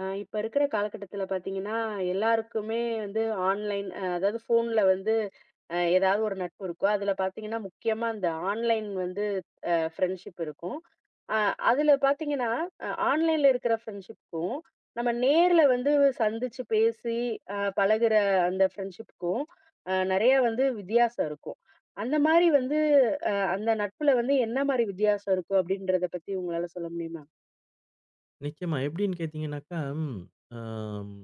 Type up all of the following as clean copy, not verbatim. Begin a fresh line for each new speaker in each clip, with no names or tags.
இப்ப இருக்கிற காலகட்டத்தில பார்த்தீங்கன்னா, எல்லாருக்குமே வந்து ஆன்லைன் அதாவது ஃபோன்ல வந்து ஏதாவது ஒரு நட்பு இருக்கும். அதில பார்த்தீங்கன்னா, முக்கியமா இந்த ஆன்லைன் வந்து ஃப்ரெண்ட்ஷிப் இருக்கும். அ அதில பார்த்தீங்கன்னா, ஆன்லைன்ல இருக்கிற ஃப்ரெண்ட்ஷிப்க்கும், நம்ம நேர்ல வந்து சந்திச்சு பேசி பழகுற அந்த ஃப்ரெண்ட்ஷிப்க்கும் நெறையா வந்து வித்தியாசம் இருக்கும். அந்த மாரி வந்து அந்த நட்புல வந்து என்ன மாரி வித்தியாசம் இருக்கும்? அப்படின்றத பத்தி உங்களால சொல்ல முடியுமா?
நிச்சயமா. எப்படின்னு கேட்டீங்கன்னாக்கா, ஆம்.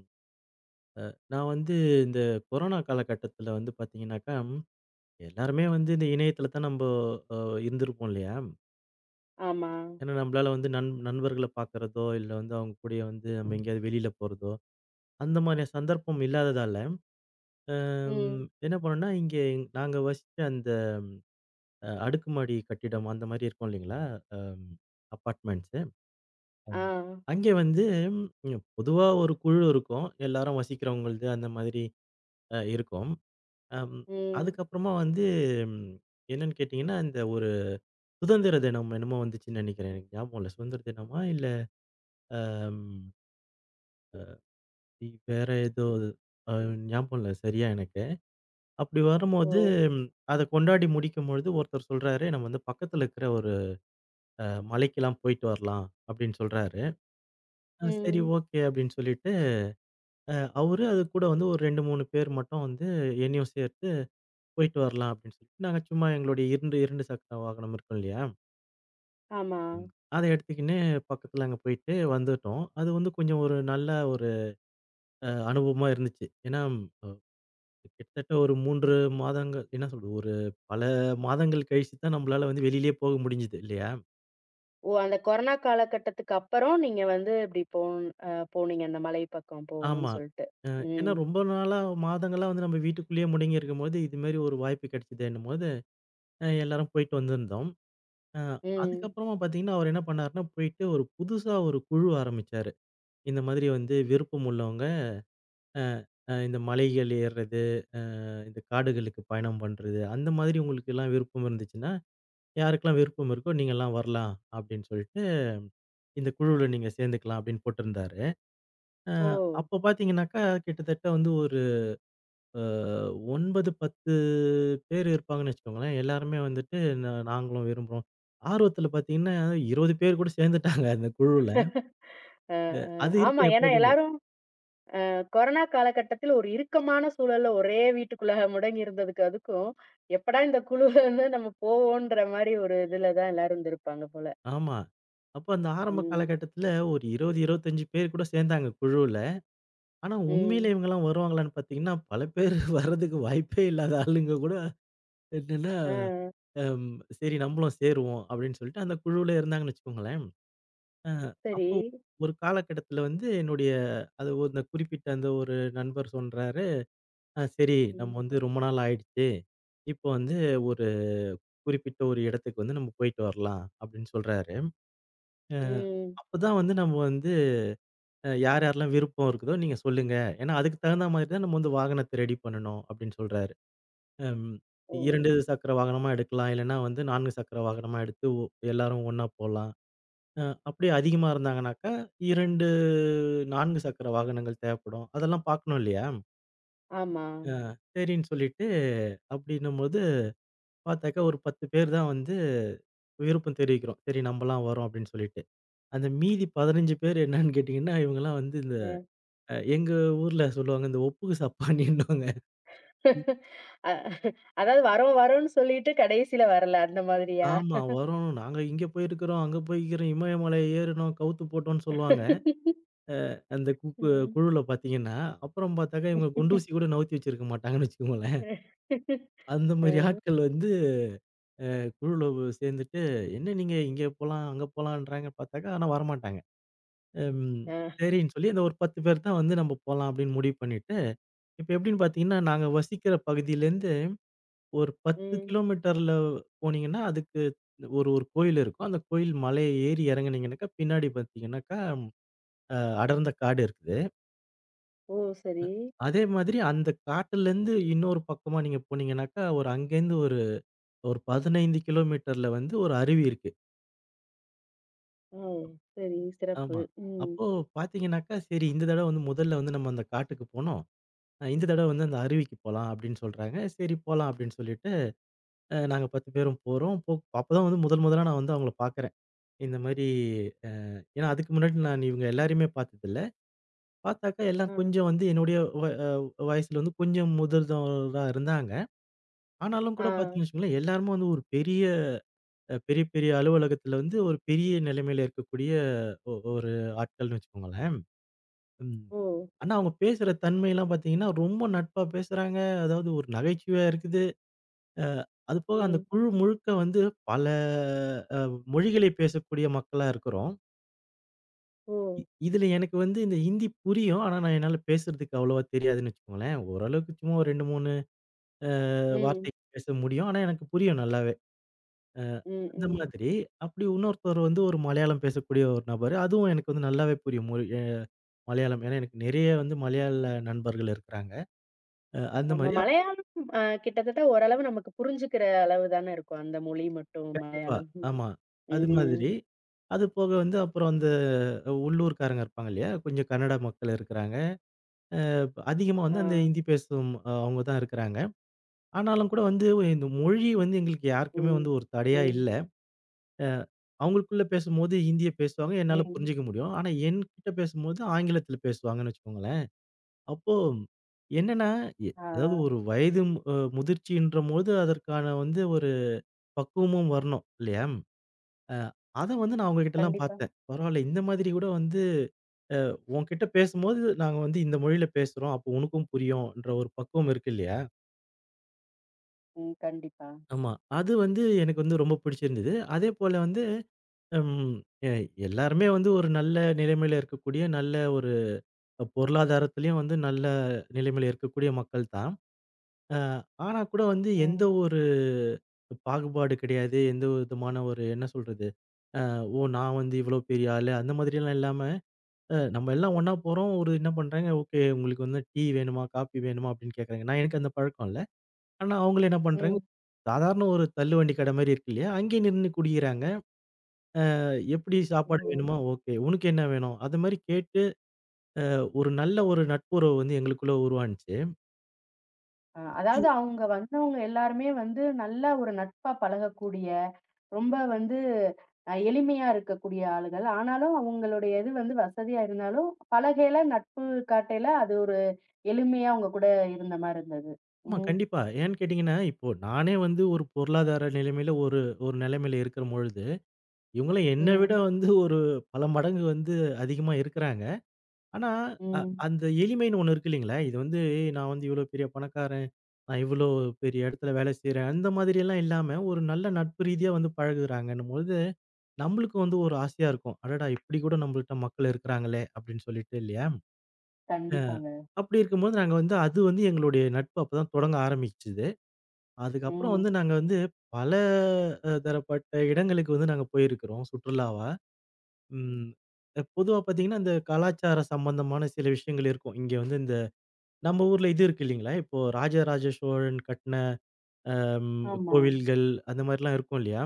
நான் வந்து இந்த கொரோனா காலகட்டத்தில வந்து பார்த்தீங்கன்னாக்கா, எல்லாருமே வந்து இந்த இணையத்தில தான் நம்ப அ இருந்திருப்போம் இல்லையா?
ஆமா.
ஏன்னா நம்பளால வந்து நண்பர்கள பார்க்கறதோ, இல்ல வந்து அவங்க கூடயே வந்து நம்ம எங்கேயாவது வெளியில போறதோ, அந்த மாரியான சந்தர்ப்பம் இல்லாததால,
ம்.
என்ன பண்ணோம்னா, இங்கே நாங்க வசிச்ச அந்த அடுக்குமாடி கட்டிடம் அந்த மாரி இருக்கும் இல்லைங்களா? Um apartments.
ஆ.
ஆமா. அங்கே வந்து பொதுவா ஒரு குழு இருக்கும். எல்லாரும் வசிக்கிறவங்கள்து அந்த மாதிரி இருக்கும். அம்
ம்.
அதுக்கப்புறமா வந்து ம் என்னன்னு கேட்டீங்கன்னா, இந்த ஒரு சுதந்திர தினம் என்னமோ வந்துச்சுன்னு நினைக்கிறேன். எனக்கு ஞாபகம் இல்ல. சுதந்திர தினமா இல்ல ம் வேற ஏதோ அ ஞாபகம் இல்ல சரியா எனக்கு. அப்படி
ஓ!
வரும்போது ம் அத கொண்டாடி முடிக்கும்பொழுது ஒருத்தர் சொல்றாரு, "நம்ம வந்து பக்கத்துல இருக்கிற ஒரு அ மலைக்கெல்லாம் போயிட்டு வரலாம்." அப்படின்னு சொல்றாரு. சரி,
ம்.
ஓகே, அப்படின்னு சொல்லிட்டு, அ அவரு அது கூட வந்து ஒரு 2, 3 பேர் மட்டும் வந்து என்னையும் சேர்த்து போயிட்டு வரலாம் அப்படின்னு சொல்லிட்டு, நாங்க சும்மா எங்களுடைய 2, 2 சக்கர வாகனம் இருக்கும் இல்லையா?
ஆமா.
ம். அத எடுத்துக்கின்னு பக்கத்துல அங்க போயிட்டு வந்துட்டோம். அது வந்து கொஞ்சம் ஒரு நல்ல ஒரு அனுபவமா இருந்துச்சு. ஏன்னா, அ கிட்டத்தட்ட ஒரு 3 மாதங்கள், என்ன சொல்றது, ஒரு பல மாதங்கள் கழிச்சு தான் நம்மளால வந்து வெளியிலயே போக முடிஞ்சது இல்லையா?
ஓ! அந்த கொரோனா காலகட்டத்துக்கு அப்புறம் நீங்க வந்து இப்படி போன் போனீங்க அந்த மலை பக்கம்
ஆமா.
போகணும்னு சொல்ட்டு.
ஏன்னா
ம்.
ரொம்ப நாளா, மாதங்களா வந்து நம்ம வீட்டுக்குள்ளேயே முடங்கி இருக்கும்போது, இது மாரி ஒரு வாய்ப்பு கிடைச்சதுன்னும்போது, எல்லாரும் போயிட்டு வந்திருந்தோம். அ
ம்.
அதுக்கப்புறமா பார்த்தீங்கன்னா, அவர் என்ன பண்ணாருன்னா, போயிட்டு ஒரு புதுசா ஒரு குழு ஆரம்பிச்சாரு. இந்த மாதிரி வந்து விருப்பம் உள்ளவங்க, அ, இந்த மலைகள் ஏறுறது, அ இந்த காடுகளுக்கு பயணம் பண்றது, அந்த மாதிரி உங்களுக்கெல்லாம் விருப்பம் இருந்துச்சுன்னா, யாருக்கெல்லாம் விருப்பம் இருக்கோ நீங்கலாம் வரலாம் அப்படின்னு சொல்லிட்டு, இந்த குழுவுல நீங்க சேர்ந்துக்கலாம் அப்படின்னு போட்டிருந்தாரு. அ
ஓ!
அப்ப பார்த்தீங்கன்னாக்கா, கிட்டத்தட்ட வந்து ஒரு அ 9, 10 பேர் இருப்பாங்கன்னு வச்சுக்கோங்களேன். எல்லாருமே வந்துட்டு, " நாங்களும் விரும்புறோம்." ஆர்வத்துல பார்த்தீங்கன்னா, 20 பேர் கூட சேர்ந்துட்டாங்க அந்த குழுவுல.
அ, அ.
அது
ஆமா.
இருக்கும்
ஏன்னா
எப்போதுமே.
எல்லாரும் கொரோனா காலகட்டத்தில ஒரு இறுக்கமான சூழல்ல ஒரே வீட்டுக்குள்ள முடங்கி இருந்ததுக்கு அதுக்கும், எப்படா இந்த குழுவிலருந்து நம்ம போவோன்ற மாரி ஒரு இதுல தான் எல்லாரும் இருந்திருப்பாங்க போல.
ஆமா. அப்ப அந்த ஆரம்ப
ம்.
காலகட்டத்துல ஒரு 20, 25 பேர் கூட சேர்ந்தாங்க குழுவுல. ஆனா
ம்.
உண்மையிலே இவங்கலாம் வருவாங்களான்னு பார்த்தீங்கன்னா, பல பேர் வர்றதுக்கு வாய்ப்பே இல்லாத ஆளுங்க கூட என்னன்னா,
ஆ
அம் சரி நம்மளும் சேருவோம் அப்படின்னு சொல்லிட்டு அந்த குழுவுல இருந்தாங்கன்னு வச்சுக்கோங்களேன். அ
சரி.
அப்போ ஒரு காலகட்டத்துல வந்து என்னுடைய அது அந்த குறிப்பிட்ட அந்த ஒரு நண்பர் சொல்றாரு, " சரி நம்ம
ம்.
வந்து ரொம்ப நாள் ஆயிடுச்சு. இப்போ வந்து ஒரு குறிப்பிட்ட ஒரு இடத்துக்கு வந்து நம்ம போயிட்டு வரலாம்" அப்படின்னு சொல்றாரு. அ
ம்.
அப்பதான் வந்து நம்ம வந்து யார் யாரெல்லாம் விருப்பம் இருக்குதோ நீங்க சொல்லுங்க. ஏன்னா அதுக்கு தகுந்த மாதிரி தான் நம்ம வந்து வாகனத்த ரெடி பண்ணணும் அப்படின்னு சொல்றாரு. அம்
ஓ!
2 சக்கர வாகனமா எடுக்கலாம். இல்லன்னா வந்து 4 சக்கர வாகனமா எடுத்து எல்லாரும் ஒண்ணா போலாம். அ அப்படியே அதிகமா இருந்தாங்கனாக்கா 2, 4 சக்கர வாகனங்கள் தேவைப்படும். அதெல்லாம் பார்க்கணும் இல்லையா?
ஆமா.
சரின்னு சொல்லிட்டு அப்படின்னும்போது பார்த்தாக்கா ஒரு 10 பேர் தான் வந்து விருப்பம் தெரிவிக்கிறோம். சரி நம்மலாம் வரோம் அப்படின்னு சொல்லிட்டு. அந்த மீதி 15 பேர் என்னன்னு கேட்டீங்கன்னா, இவங்கலாம் வந்து இந்த
அ.
எங்க ஊர்ல சொல்லுவாங்க இந்த ஒப்புக்கு சப்பாணின்னுவாங்க.
அ அதாவது வரோம் வரோம்ன்னு சொல்லிட்டு கடைசில வரல அந்த மாதிரியா?
ஆமா. வரும். நாங்க இங்க போயிருக்கிறோம், அங்க போயிருக்கிறோம், இமயமலை ஏறினோம், கவுத்து போட்டோம்ன்னு சொல்லுவாங்க. அந்த
ம்.
குழுல பார்த்தீங்கன்னா, அப்புறம் பார்த்தாக்கா இவங்க குண்டூசி கூட நவுத்தி வச்சிருக்க மாட்டாங்கன்னு வச்சுக்கோங்களேன். அந்த
அ,
மாரி ஆட்கள் வந்து குழுல சேர்ந்துட்டு, "என்ன நீங்க இங்க போலாம், அங்க போலான்றாங்க" பார்த்தாக்கா, ஆனா வரமாட்டாங்க. ம்.
அ,
சரின்னு சொல்லி அந்த ஒரு 10 பேர் தான் வந்து நம்ம போலாம் அப்படின்னு முடிவு பண்ணிட்டு, இப்ப எப்படின்னு பார்த்தீங்கன்னா, நாங்க வசிக்கிற பகுதியிலேருந்து ஒரு 10
ம்.
கிலோமீட்டர்ல போனீங்கன்னா, அதுக்கு ஒரு ஒரு கோயில் இருக்கும். அந்த கோயில் மலைய ஏறி இறங்குனீங்கனாக்கா, பின்னாடி பார்த்தீங்கன்னாக்கா, அ அடர்ந்த காடு இருக்குது.
ஓ! சரி.
அதே மாதிரி அந்த காட்டுலேருந்து இன்னொரு பக்கமா நீங்க போனீங்கனாக்கா, ஒரு அங்கேருந்து ஒரு ஒரு 15 கிலோமீட்டர்ல வந்து ஒரு அருவி இருக்கு.
ஓ! சரி, சிறப்பு.
ஆமா.
ம்.
அப்போ பார்த்தீங்கனாக்கா, சரி இந்த தடவ வந்து முதல்ல வந்து நம்ம அந்த காட்டுக்கு போனோம். இந்த தடவ வந்து அந்த அருவிக்கு போலாம் அப்டின்னு சொல்றாங்க. சரி போலாம் அப்டின்னு சொல்லிட்டு நாங்க 10 பேரும் போறோம். அப்பதான் வந்து முதல் முதலா நான் வந்து அவங்கள பார்க்குறேன். இந்த மாரி அ ஏன்னா அதுக்கு முன்னாடி நான் இவங்க எல்லாரையுமே பார்த்ததில்ல. பார்த்தாக்கா
ஆ,
எல்லாம் கொஞ்சம் வந்து என்னுடைய வ அ வயசுல வந்து கொஞ்சம் முதிர்ந்தவரா இருந்தாங்க. ஆனாலும்
ஆ.
கூட பார்த்தீங்கன்னு வச்சுக்கோங்களேன், எல்லாருமே வந்து ஒரு பெரிய, பெரிய பெரிய அலுவலகத்தில வந்து ஒரு பெரிய நிலைமையில இருக்கக்கூடிய ஒரு ஆட்கள்னு வச்சுக்கோங்களேன். ம்.
ஓ!
ஆனா அவங்க பேசுற தன்மைலாம் பார்த்தீங்கன்னா, ரொம்ப நட்பா பேசுறாங்க. அதாவது ஒரு நகைச்சுவையா இருக்குது. அ அது போக அந்த
ம்.
குழு முழுக்க வந்து பல அ மொழிகளை பேசக்கூடிய மக்களா இருக்கிறோம்.
ஓ!
இதுல எனக்கு வந்து இந்த ஹிந்தி புரியும். ஆனா, நான் என்னால பேசுறதுக்கு அவ்வளவா தெரியாதுன்னு வச்சுக்கோங்களேன். ஓரளவுக்கு சும்மா ஒரு 2, 3 அ
ம்.
வார்த்தை பேச முடியும். ஆனா, எனக்கு புரியும் நல்லாவே. அ
ம்,
அந்த
ம்.
மாதிரி அப்படி இன்னொருத்தர் வந்து ஒரு மலையாளம் பேசக்கூடிய ஒரு நபரு. அதுவும் எனக்கு வந்து நல்லாவே புரியும் மொழி, மலையாளம். ஏன்னா, எனக்கு நெறைய வந்து மலையாள நண்பர்கள் இருக்கிறாங்க. அந்த
ஆமா.
மாரி.
மலையாளம் கிட்டத்தட்ட ஓரளவு நமக்கு புரிஞ்சுக்கிற அளவு தான இருக்கும். அந்த மொழி மட்டும்
கண்டிப்பா.
மலையாளம்.
ஆமா. அது
ம்.
மாதிரி. அது போக வந்து அப்புறம் அந்த உள்ளூர்க்காரங்க இருப்பாங்க இல்லையா? கொஞ்சம் கன்னட மக்கள் இருக்கிறாங்க. அதிகமா
ஆ.
வந்து அந்த ஹிந்தி பேசும் அவங்க தான் இருக்கிறாங்க. ஆனாலும் கூட வந்து இந்த மொழி வந்து எங்களுக்கு யாருக்குமே
ம்.
வந்து ஒரு தடையா
ம்.
இல்ல. அ அவங்களுக்குள்ள பேசும்போது ஹிந்திய பேசுவாங்க. என்னால
ம்.
புரிஞ்சுக்க முடியும். ஆனா என்கிட்ட பேசும்போது ஆங்கிலத்தில பேசுவாங்கன்னு வச்சுக்கோங்களேன். அப்போ என்னன்னா,
ஆ.
அதாவது ஒரு வயது முதிர்ச்சின்றபோது அதற்கான வந்து ஒரு பக்குவமும் வரணும் இல்லையா? அ அத வந்து நான் அவங்ககிட்டலாம்
கண்டிப்பா.
பார்த்தேன். பரவால்ல இந்த மாதிரி கூட வந்து உன்கிட்ட பேசும்போது நாங்க வந்து இந்த மொழியில பேசுறோம். அப்போ உனக்கும் புரியும்ன்ற ஒரு பக்குவம் இருக்கு இல்லையா?
ம். கண்டிப்பா.
ஆமா. அது வந்து எனக்கு வந்து ரொம்ப பிடிச்சிருந்தது. அதேபோல வந்து ம் எ எல்லாருமே வந்து ஒரு நல்ல நிலைமையில இருக்கக்கூடிய, நல்ல ஒரு பொருளாதாரத்திலயும் வந்து நல்ல நிலைமையில இருக்கக்கூடிய மக்கள் தான். அ ஆனா கூட வந்து எந்த
ம்.
ஒரு பாகுபாடு கிடையாது. எந்த விதமான ஒரு, என்ன சொல்றது, அ ஓ! நான் வந்து இவ்வளோ பெரிய ஆளு அந்த மாதிரியெல்லாம் இல்லாம, நம்ம எல்லாம் ஒண்ணா போறோம். ஒரு என்ன பண்றாங்க, ஓகே உங்களுக்கு வந்து டீ வேணுமா? காஃபி வேணுமா? அப்படின்னு கேட்கறாங்க. நான் எனக்கு அந்த பழக்கம் இல்ல. ஆனா அவங்களும் என்ன பண்றாங்க,
ம்.
சாதாரண ஒரு தள்ளுவண்டி கடை மாரி இருக்கு இல்லையா? அங்கேயே நின்னு குடிக்கிறாங்க. அ எப்படி சாப்பாடு
ம்.
வேணுமா? ஓகே. உனக்கு என்ன வேணும்? அது மாரி கேட்டு ஒரு நல்ல ஒரு நட்புறவு வந்து எங்களுக்குள்ள உருவானுச்சு.
அதாவது அவங்க வந்தவங்க எல்லாருமே வந்து நல்லா ஒரு நட்பா பழகக்கூடிய, ரொம்ப வந்து எளிமையா இருக்கக்கூடிய ஆளுகள். ஆனாலும் அவங்களுடைய இது வந்து வசதியா இருந்தாலும், பழகையில நட்பு காட்டையில அது ஒரு எளிமையா அவங்க கூட இருந்த மாரி இருந்தது.
ஆமா,
ம்.
கண்டிப்பா. ஏன்னு கேட்டீங்கன்னா, இப்போ நானே வந்து ஒரு பொருளாதார நிலைமையில ஒரு ஒரு நிலைமையில இருக்கிற பொழுது, இவங்கலாம் என்ன விட
ம்.
வந்து ஒரு பல மடங்கு வந்து அதிகமா இருக்கிறாங்க. ஆனா, அ
ம்.
அந்த எளிமைன்னு ஒண்ணு இருக்கு இல்லைங்களா? இது வந்து நான் வந்து இவ்வளோ பெரிய பணக்காரன், நான் இவ்வளோ பெரிய இடத்துல வேலை செய்றேன், அந்த மாதிரியெல்லாம் இல்லாம, ஒரு நல்ல நட்பு ரீதியா வந்து பழகுறாங்கன்னும்பொழுது, நம்மளுக்கு வந்து ஒரு ஆசையா இருக்கும். அடடா! இப்படி கூட நம்மள்ட்ட மக்கள் இருக்கிறாங்களே! அப்படின்னு சொல்லிட்டு இல்லையா? அ
கண்டிப்பாங்க.
அப்படி இருக்கும்போது நாங்க வந்து அது வந்து எங்களுடைய நட்பு அப்பதான் தொடங்க ஆரம்பிச்சுது. அதுக்கப்புறம்
ம்.
வந்து நாங்க வந்து பல தரப்பட்ட இடங்களுக்கு வந்து நாங்க போயிருக்கிறோம் சுற்றுலாவா. ம் பொதுவா பார்த்தீங்கன்னா, இந்த கலாச்சார சம்பந்தமான சில விஷயங்கள் இருக்கும். இங்க வந்து இந்த நம்ம ஊர்ல இது இருக்கு இல்லைங்களா? இப்போ ராஜராஜ சோழன் கட்டுன
ஆமா.
கோவில்கள் அந்த மாரிலாம் இருக்கும் இல்லையா?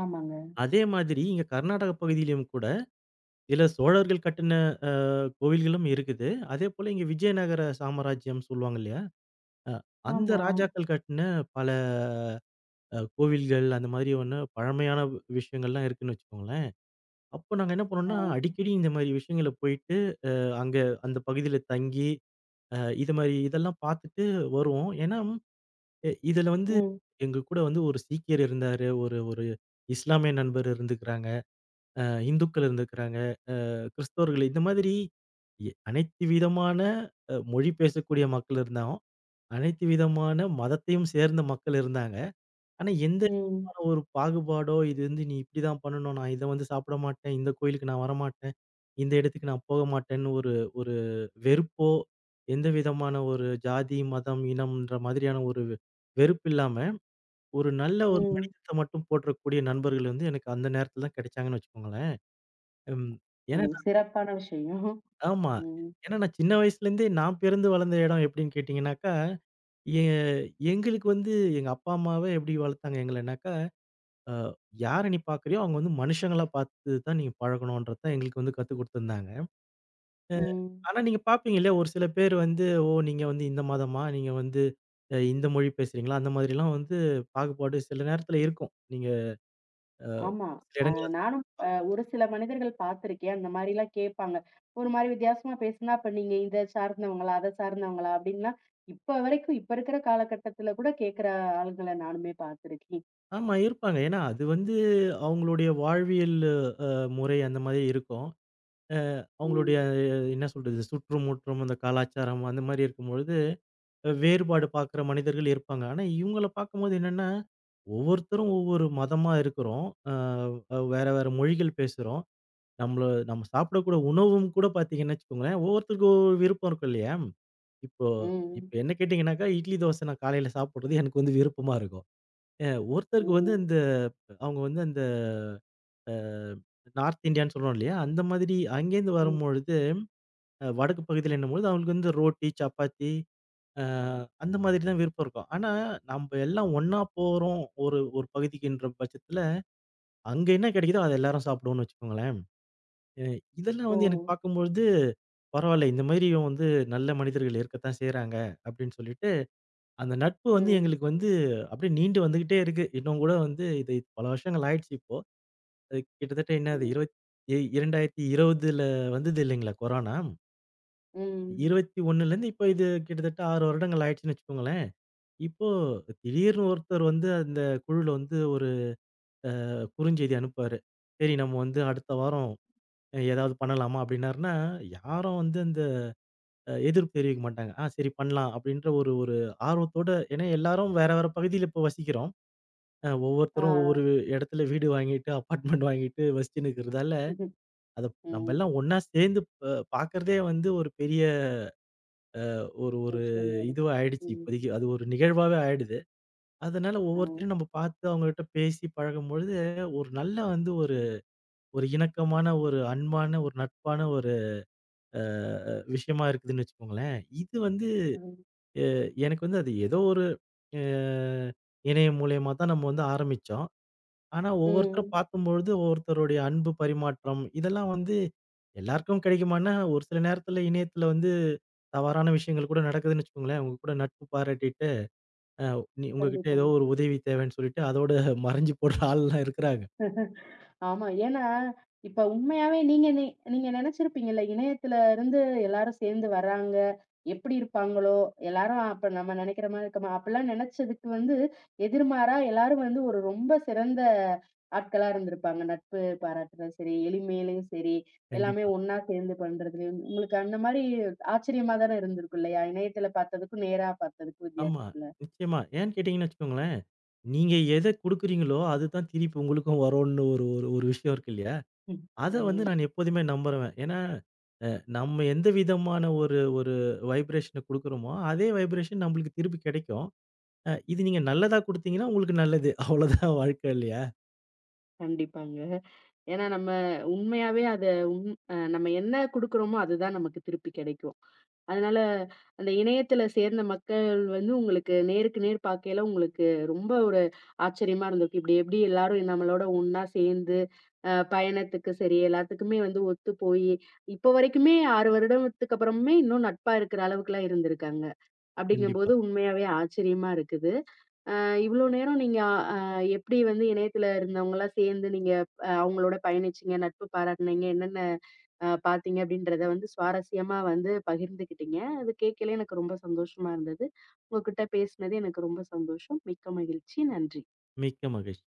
ஆமாங்க.
அதே மாதிரி இங்க கர்நாடக பகுதியிலும் கூட சில சோழர்கள் கட்டுன கோவில்களும் இருக்குது. அதேபோல இங்க விஜயநகர சாம்ராஜ்யம் சொல்லுவாங்க இல்லையா? அ அந்த
ஆமா.
ராஜாக்கள் கட்டுன பல கோவில்கள் அந்த மாதிரி ஒண்ணு பழமையான விஷயங்கள்லாம் இருக்குன்னு வச்சுக்கோங்களேன். அப்போ நாங்க என்ன பண்ணோம்னா,
அ.
அடிக்கடி இந்த மாரி விஷயங்கள போயிட்டு அங்க அந்த பகுதியில தங்கி, அ இது மாரி இதெல்லாம் பார்த்துட்டு வருவோம். ஏன்னா இதுல வந்து
ம்.
எங்க கூட வந்து ஒரு சீக்கியர் இருந்தாரு. ஒரு ஒரு இஸ்லாமிய நண்பர் இருந்துக்கிறாங்க. அ இந்துக்கள் இருந்துக்கிறாங்க. கிறிஸ்தவர்கள். இந்த மாதிரி அனைத்து விதமான மொழி பேசக்கூடிய மக்கள் இருந்தாலும், அனைத்து விதமான மதத்தையும் சேர்ந்த மக்கள் இருந்தாங்க. ஆனா, எந்த
ம்.
விதமான ஒரு பாகுபாடோ, இது வந்து நீ இப்படிதான் பண்ணணும், நான் இத வந்து சாப்பிட மாட்டேன், இந்த கோயிலுக்கு நான் வரமாட்டேன், இந்த இடத்துக்கு நான் போக மாட்டேன்னு ஒரு ஒரு வெறுப்போ, எந்த விதமான ஒரு ஜாதி, மதம், இனம்ன்ற மாதிரியான ஒரு வெறுப்பு இல்லாம ஒரு நல்ல ஒரு
ம்.
மனிதத்த மட்டும் போற்றக்கூடிய நண்பர்கள் வந்து எனக்கு அந்த நேரத்துல தான் கிடைச்சாங்கன்னு வச்சுக்கோங்களேன். ம்.
ஓ!
ஏன்னா
சிறப்பான விஷயம்.
ஆமா.
ம்.
ஏன்னா நான் சின்ன வயசுலேருந்தே நான் பிறந்து வளர்ந்த இடம் எப்படின்னு கேட்டிங்கனாக்கா, எ எங்களுக்கு வந்து எங்க அப்பா, அம்மாவே எப்படி வளர்த்தாங்க எங்களனாக்கா, அ யார நீ பார்க்குறியோ அவங்க வந்து மனுஷங்களா பார்த்து தான் நீங்க பழகணுன்றது தான் எங்களுக்கு வந்து கத்துக் குடுத்துருந்தாங்க. அ
ம்.
ஆனா நீங்க பார்ப்பீங்க இல்லையா, ஒரு சில பேர் வந்து, "ஓ! நீங்க வந்து இந்த மதமா? நீங்க வந்து இந்த மொழி பேசுறீங்களா?" அந்த மாதிரிலாம் வந்து பாகுபாடு சில நேரத்துல இருக்கும். நீங்க, அ
ஆமா.
சில
அ
இடங்கள்ல.
நானும் ஒரு சில மனிதர்கள் பார்த்துருக்கேன். அந்த மாரிலாம் கேட்பாங்க. ஒரு மாரி வித்தியாசமா பேசுனா, அப்ப நீங்க இத சார்ந்தவங்களா? அத சார்ந்தவங்களா? அப்படின்லாம் இப்ப வரைக்கும் இப்ப இருக்கிற காலகட்டத்தில கூட கேட்கிற ஆளுங்கள நானுமே பார்த்துருக்கேன்.
ஆமா, இருப்பாங்க. ஏன்னா அது வந்து அவங்களுடைய வாழ்வியல் அ முறை அந்த மாதிரி இருக்கும். அவங்களுடைய,
ம்.
என்ன சொல்றது, சுற்றும், முற்றும் அந்த கலாச்சாரம் அந்த மாதிரி இருக்கும்பொழுது, வேறுபாடு பார்க்குற மனிதர்கள் இருப்பாங்க. ஆனா இவங்கள பார்க்கும்போது என்னன்னா, ஒவ்வொருத்தரும் ஒவ்வொரு மதமா இருக்கிறோம். அ வேற வேற மொழிகள் பேசுறோம். நம்மள நம்ம சாப்பிடக்கூடிய உணவும் கூட பார்த்தீங்கன்னு வச்சுக்கோங்களேன், ஒவ்வொருத்தருக்கும் ஒவ்வொரு விருப்பம் இருக்கும் இல்லையா? இப்போ
ம்.
இப்போ என்ன கேட்டீங்கன்னாக்கா, இட்லி, தோசை நான் காலையில சாப்பிடுறது எனக்கு வந்து விருப்பமா இருக்கும். அ ஒருத்தருக்கு வந்து
ம்.
இந்த அவங்க வந்து அந்த அ நார்த் இந்தியான்னு சொல்றோம் இல்லையா? அந்த மாதிரி அங்கேருந்து
ம்.
வரும்பொழுது, வடக்கு பகுதியில என்னும்பொழுது அவங்களுக்கு வந்து ரோட்டி, சப்பாத்தி அ அந்த மாதிரி தான் விருப்பம் இருக்கும். ஆனா, நம்ப எல்லாம் ஒண்ணா போறோம் ஒரு ஒரு பகுதிக்குன்ற பட்சத்தில, அங்க என்ன கிடைக்குதோ அத எல்லாரும் சாப்பிடுவோம்னு வச்சுக்கோங்களேன். அ இதெல்லாம்
ஓ!
வந்து எனக்கு பார்க்கும்பொழுது, பரவால்ல இந்த மாதிரியும் வந்து நல்ல மனிதர்கள் இருக்கத்தான் செய்றாங்க அப்படின்னு சொல்லிட்டு, அந்த நட்பு வந்து
ம்.
எங்களுக்கு வந்து அப்படியே நீண்டு வந்துகிட்டே இருக்கு. இன்னும் கூட வந்து இது பல வருஷங்கள் ஆயிடுச்சு இப்போ. அது கிட்டத்தட்ட என்னது
ம்.
20 இ 2020ல வந்தது இல்லைங்களா கொரோனா?
ம்.
21லேருந்து இப்போ இது கிட்டத்தட்ட 6 வருடங்கள் ஆயிடுச்சுன்னு வச்சுக்கோங்களேன். இப்போ திடீர்னு ஒருத்தர் வந்து அந்த குழுல வந்து ஒரு குறுஞ்செய்தி அனுப்புவாரு. சரி நம்ம வந்து அடுத்த வாரம் ஏதாவது பண்ணலாமா? அப்படின்னாருன்னா, யாரும் வந்து அந்த, எதிர்ப்பு தெரிவிக்க மாட்டாங்க. ஆ சரி பண்ணலாம் அப்படின்ற ஒரு ஒரு ஆர்வத்தோட. ஏன்னா எல்லாரும் வேற வேற பகுதியில இப்போ வசிக்கிறோம்.
ஆ.
ஒவ்வொருத்தரும் ஒவ்வொரு இடத்துல வீடு வாங்கிட்டு, அபார்ட்மெண்ட் வாங்கிட்டு வசிச்சுன்னு இருக்கிறதால அத நம்ம
ம்.
எல்லாம் ஒண்ணா சேர்ந்து பார்க்கிறதே வந்து ஒரு பெரிய ஒரு ஒரு
விஷயம் அது.
இதுவா ஆயிடுச்சு
ம்.
இப்போதைக்கு. அது ஒரு நிகழ்வாவே ஆயிடுது. அதனால
ஆ.
ஒவ்வொருத்தரையும் நம்ம பார்த்து அவங்ககிட்ட பேசி பழகும்பொழுது, ஒரு நல்ல வந்து ஒரு ஒரு இணக்கமான, ஒரு அன்பான, ஒரு நட்பான ஒரு அ விஷயமா இருக்குதுன்னு வச்சுக்கோங்களேன். இது வந்து
ம்.
எ எனக்கு வந்து அது ஏதோ ஒரு அ இணையம் மூலியமா தான் நம்ம வந்து ஆரம்பிச்சோம். ஆனா ஒவ்வொருத்தர
ம்.
பார்க்கும்பொழுது, ஒவ்வொருத்தருடைய அன்பு பரிமாற்றம் இதெல்லாம் வந்து எல்லாருக்கும் கிடைக்குமான்னா, ஒரு சில நேரத்தில இணையத்தில வந்து தவறான விஷயங்கள் கூட நடக்குதுன்னு வச்சுக்கோங்களேன். உங்க கூட நட்பு பாராட்டிட்டு, அ நீ உங்ககிட்ட
கண்டிப்பா.
ஏதோ ஒரு உதவி தேவைன்னு சொல்லிட்டு, அதோட மறைஞ்சு போடுற ஆள்லாம் இருக்கிறாங்க.
ஆமா. ஏன்னா, இப்ப உண்மையாவே நீங்க நெனச்சிருப்பீங்கல்ல, இணையத்துல இருந்து எல்லாரும் சேர்ந்து வர்றாங்க. எப்படி இருப்பாங்களோ? எல்லாரும் அப்ப நம்ம நெனைக்கிற மாரி இருக்கமா? அப்பலாம் நெனச்சதுக்கு வந்து எதிர்மாறா எல்லாரும் வந்து ஒரு ரொம்ப சிறந்த ஆட்களா இருந்திருப்பாங்க. நட்பு பாராட்டுறதும் சரி, எளிமையிலயும் சரி, எல்லாமே
கண்டிப்பா.
ஒண்ணா சேர்ந்து பண்றதுலயும். உங்களுக்கு அந்த மாரி ஆச்சரியமா தானே இருந்திருக்கும் இல்லையா? இணையத்துல பார்த்ததுக்கும், நேரா பார்த்ததுக்கும்
ஆமா.
வித்தியாசத்துல?
நிச்சயமா. ஏன்னு கேட்டீங்கன்னு வச்சுக்கோங்களேன், நீங்க எத குடுக்குறீங்களோ, அதுதான் திருப்பி உங்களுக்கும் வரும்னு ஒரு ஒரு ஒரு விஷயம் இருக்கு இல்லையா?
ம்.
அத வந்து
ம்.
நான் எப்போதுமே நம்புறவன். ஏன்னா, அ நம்ம எந்த விதமான ஒரு ஒரு வைப்ரேஷன குடுக்குறோமோ, அதே வைப்ரேஷன் நம்மளுக்கு திருப்பி கிடைக்கும். இது நீங்க நல்லதா குடுத்தீங்கன்னா உங்களுக்கு நல்லது. அவ்வளோதான் வாழ்க்கை இல்லையா?
கண்டிப்பாங்க. ஏன்னா நம்ம உண்மையாவே அத உண் அ நம்ம என்ன குடுக்குறோமோ, அதுதான் நமக்கு திருப்பி கிடைக்கும். அதனால அந்த இணையத்தில சேர்ந்த மக்கள் வந்து உங்களுக்கு நேருக்கு நேர் பார்க்கையில உங்களுக்கு ரொம்ப ஒரு ஆச்சரியமா இருந்திருக்கும். இப்படி எப்படி எல்லாரும் நம்மளோட ஒண்ணா சேர்ந்து பயணத்துக்கு சரி, எல்லாத்துக்குமே வந்து ஒத்து போயி, இப்போ வரைக்குமே 6 வருடத்துக்கு அப்புறமுமே இன்னும் நட்பா இருக்கிற அளவுக்குலாம் இருந்திருக்காங்க.
கண்டிப்பா.
அப்படிங்கும்போது உண்மையாவே ஆச்சரியமா இருக்குது. இவ்ளோ நேரம் நீங்க அ எப்படி வந்து இணையத்துல இருந்தவங்கலாம் சேர்ந்து நீங்க அவங்களோட பயணிச்சீங்க, நட்பு பாராட்டுனீங்க, என்னென்ன பார்த்தீங்க அப்படின்றத வந்து சுவாரஸ்யமா வந்து பகிர்ந்துக்கிட்டீங்க. அது கேட்கலே எனக்கு ரொம்ப சந்தோஷமா இருந்தது. உங்ககிட்ட பேசினது எனக்கு ரொம்ப சந்தோஷம். மிக்க மகிழ்ச்சி. நன்றி.
மிக்க மகிழ்ச்சி.